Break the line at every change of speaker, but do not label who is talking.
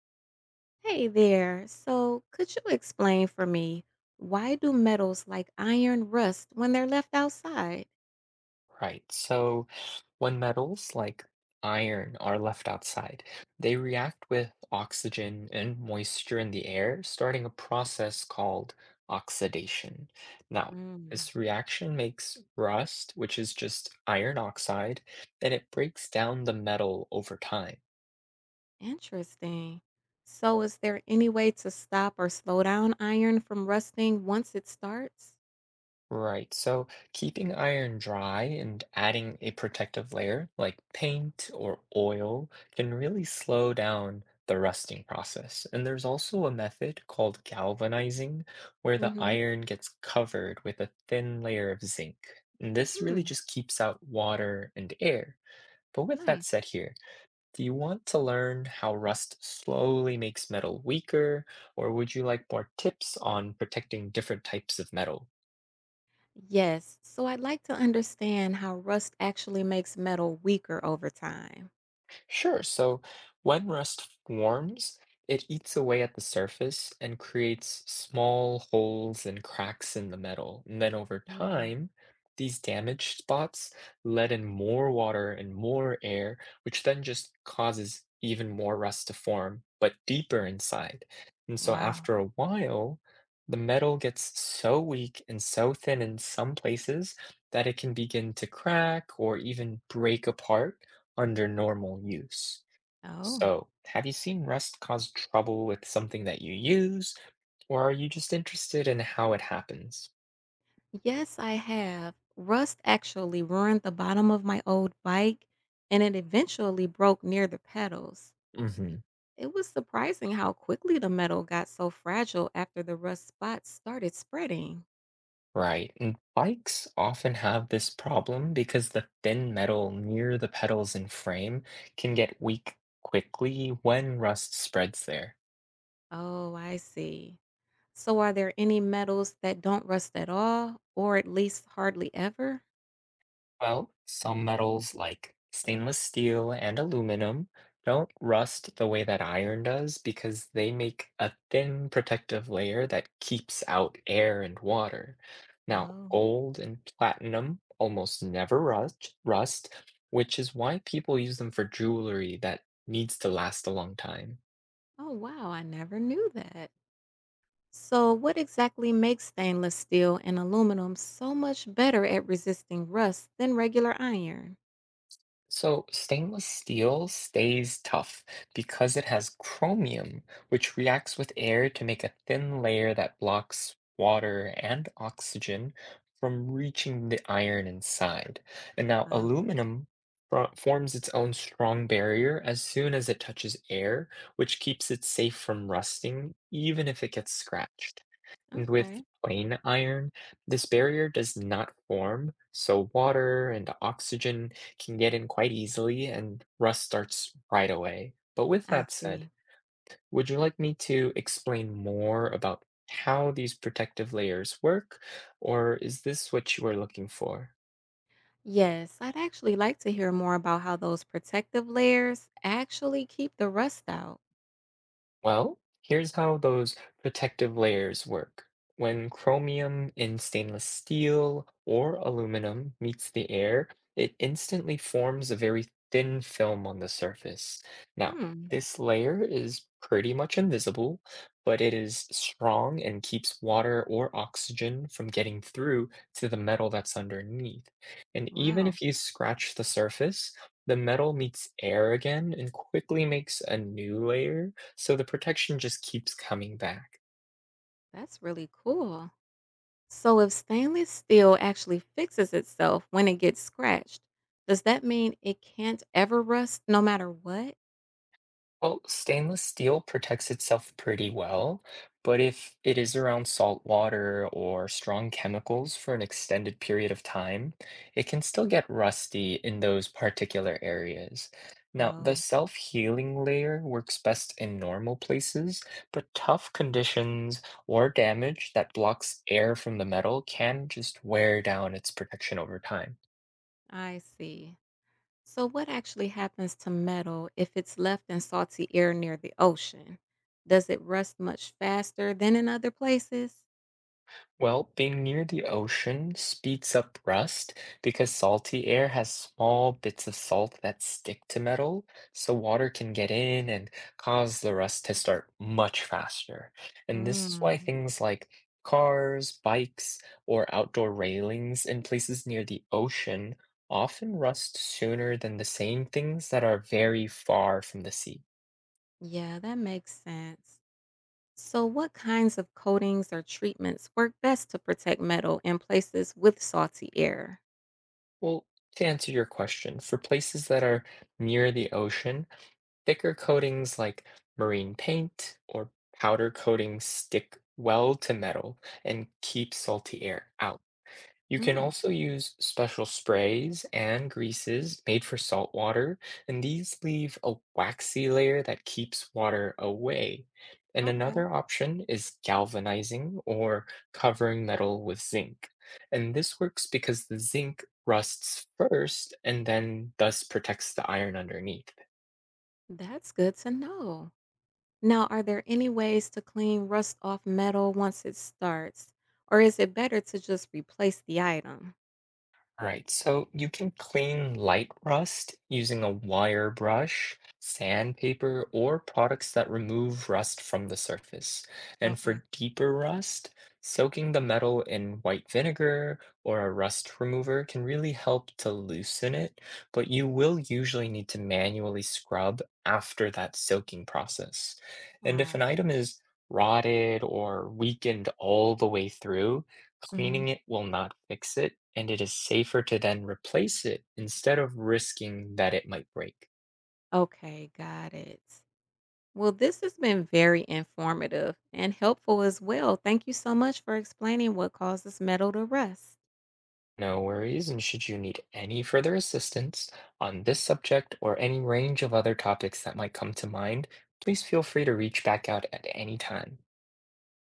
Hey there. So, could you explain for me why do metals like iron rust when they're left outside?
Right. So when metals like iron are left outside, they react with oxygen and moisture in the air, starting a process called oxidation. Now,
Mm,
this reaction makes rust, which is just iron oxide, and it breaks down the metal over time.
interesting. So, is there any way to stop or slow down iron from rusting once it starts?
Right. So keeping iron dry and adding a protective layer like paint or oil can really slow down the rusting process. And there's also a method called galvanizing where the
Mm-hmm.
iron gets covered with a thin layer of zinc. And this really
Mm,
just keeps out water and air. But with that said
nice.
here, do you want to learn how rust slowly makes metal weaker, or would you like more tips on protecting different types of metal?
Yes. So, I'd like to understand how rust actually makes metal weaker over time.
Sure. So when rust forms, it eats away at the surface and creates small holes and cracks in the metal. And then over
Mm,
time, these damaged spots let in more water and more air, which then just causes even more rust to form, but deeper inside. And so
wow.
after a while, the metal gets so weak and so thin in some places that it can begin to crack or even break apart under normal use.
Oh.
So, have you seen rust cause trouble with something that you use, or are you just interested in how it happens?
Yes, I have. Rust actually ruined the bottom of my old bike and it eventually broke near the pedals.
hmm
It was surprising how quickly the metal got so fragile after the rust spots started spreading.
Right, and bikes often have this problem because the thin metal near the pedals and frame can get weak quickly when rust spreads there.
Oh, I see. So, are there any metals that don't rust at all, or at least hardly ever?
Well, some metals like stainless steel and aluminum don't rust the way that iron does because they make a thin protective layer that keeps out air and water. Now,
Oh,
gold and platinum almost never rust, which is why people use them for jewelry that needs to last a long time.
oh, wow, I never knew that. So, what exactly makes stainless steel and aluminum so much better at resisting rust than regular iron?
So stainless steel stays tough because it has chromium, which reacts with air to make a thin layer that blocks water and oxygen from reaching the iron inside. And now
Ah,
aluminum forms its own strong barrier as soon as it touches air, which keeps it safe from rusting, even if it gets scratched. And with
okay.
plain iron, this barrier does not form, so water and oxygen can get in quite easily and rust starts right away. But with
I
that said,
see.
would you like me to explain more about how these protective layers work, or is this what you are looking for?
Yes, I'd actually like to hear more about how those protective layers actually keep the rust out.
Well, here's how those protective layers work. When chromium in stainless steel or aluminum meets the air, it instantly forms a very thin film on the surface. Now,
Hmm.
this layer is pretty much invisible, but it is strong and keeps water or oxygen from getting through to the metal that's underneath. And even
Wow.
if you scratch the surface, the metal meets air again and quickly makes a new layer so the protection just keeps coming back.
That's really cool. So, if stainless steel actually fixes itself when it gets scratched, does that mean it can't ever rust no matter what?
Well, stainless steel protects itself pretty well, but if it is around salt water or strong chemicals for an extended period of time, it can still get rusty in those particular areas. Now, the
Oh,
self-healing layer works best in normal places, but tough conditions or damage that blocks air from the metal can just wear down its protection over time.
I see. So, what actually happens to metal if it's left in salty air near the ocean? Does it rust much faster than in other places?
Well, being near the ocean speeds up rust because salty air has small bits of salt that stick to metal, so water can get in and cause the rust to start much faster. And this is why
Mm,
things like cars, bikes, or outdoor railings in places near the ocean often rust sooner than the same things that are very far from the sea.
yeah, that makes sense. So, what kinds of coatings or treatments work best to protect metal in places with salty air?
Well, to answer your question, for places that are near the ocean, thicker coatings like marine paint or powder coatings stick well to metal and keep salty air out. You can
Mm,
also use special sprays and greases made for salt water, and these leave a waxy layer that keeps water away. And
okay,
another option is galvanizing or covering metal with zinc. And this works because the zinc rusts first and then thus protects the iron underneath.
that's good to know. Now, are there any ways to clean rust off metal once it starts, or is it better to just replace the item?
Right, so you can clean light rust using a wire brush, sandpaper, or products that remove rust from the surface. And
Okay,
for deeper rust, soaking the metal in white vinegar or a rust remover can really help to loosen it, but you will usually need to manually scrub after that soaking process. And if an
ah,
item is rotted or weakened all the way through,
hmm,
cleaning it will not fix it, and it is safer to then replace it instead of risking that it might break.
okay, got it. Well, this has been very informative and helpful as well. Thank you so much for explaining what causes metal to rust.
No worries, and should you need any further assistance on this subject or any range of other topics that might come to mind, please feel free to reach back out at any time.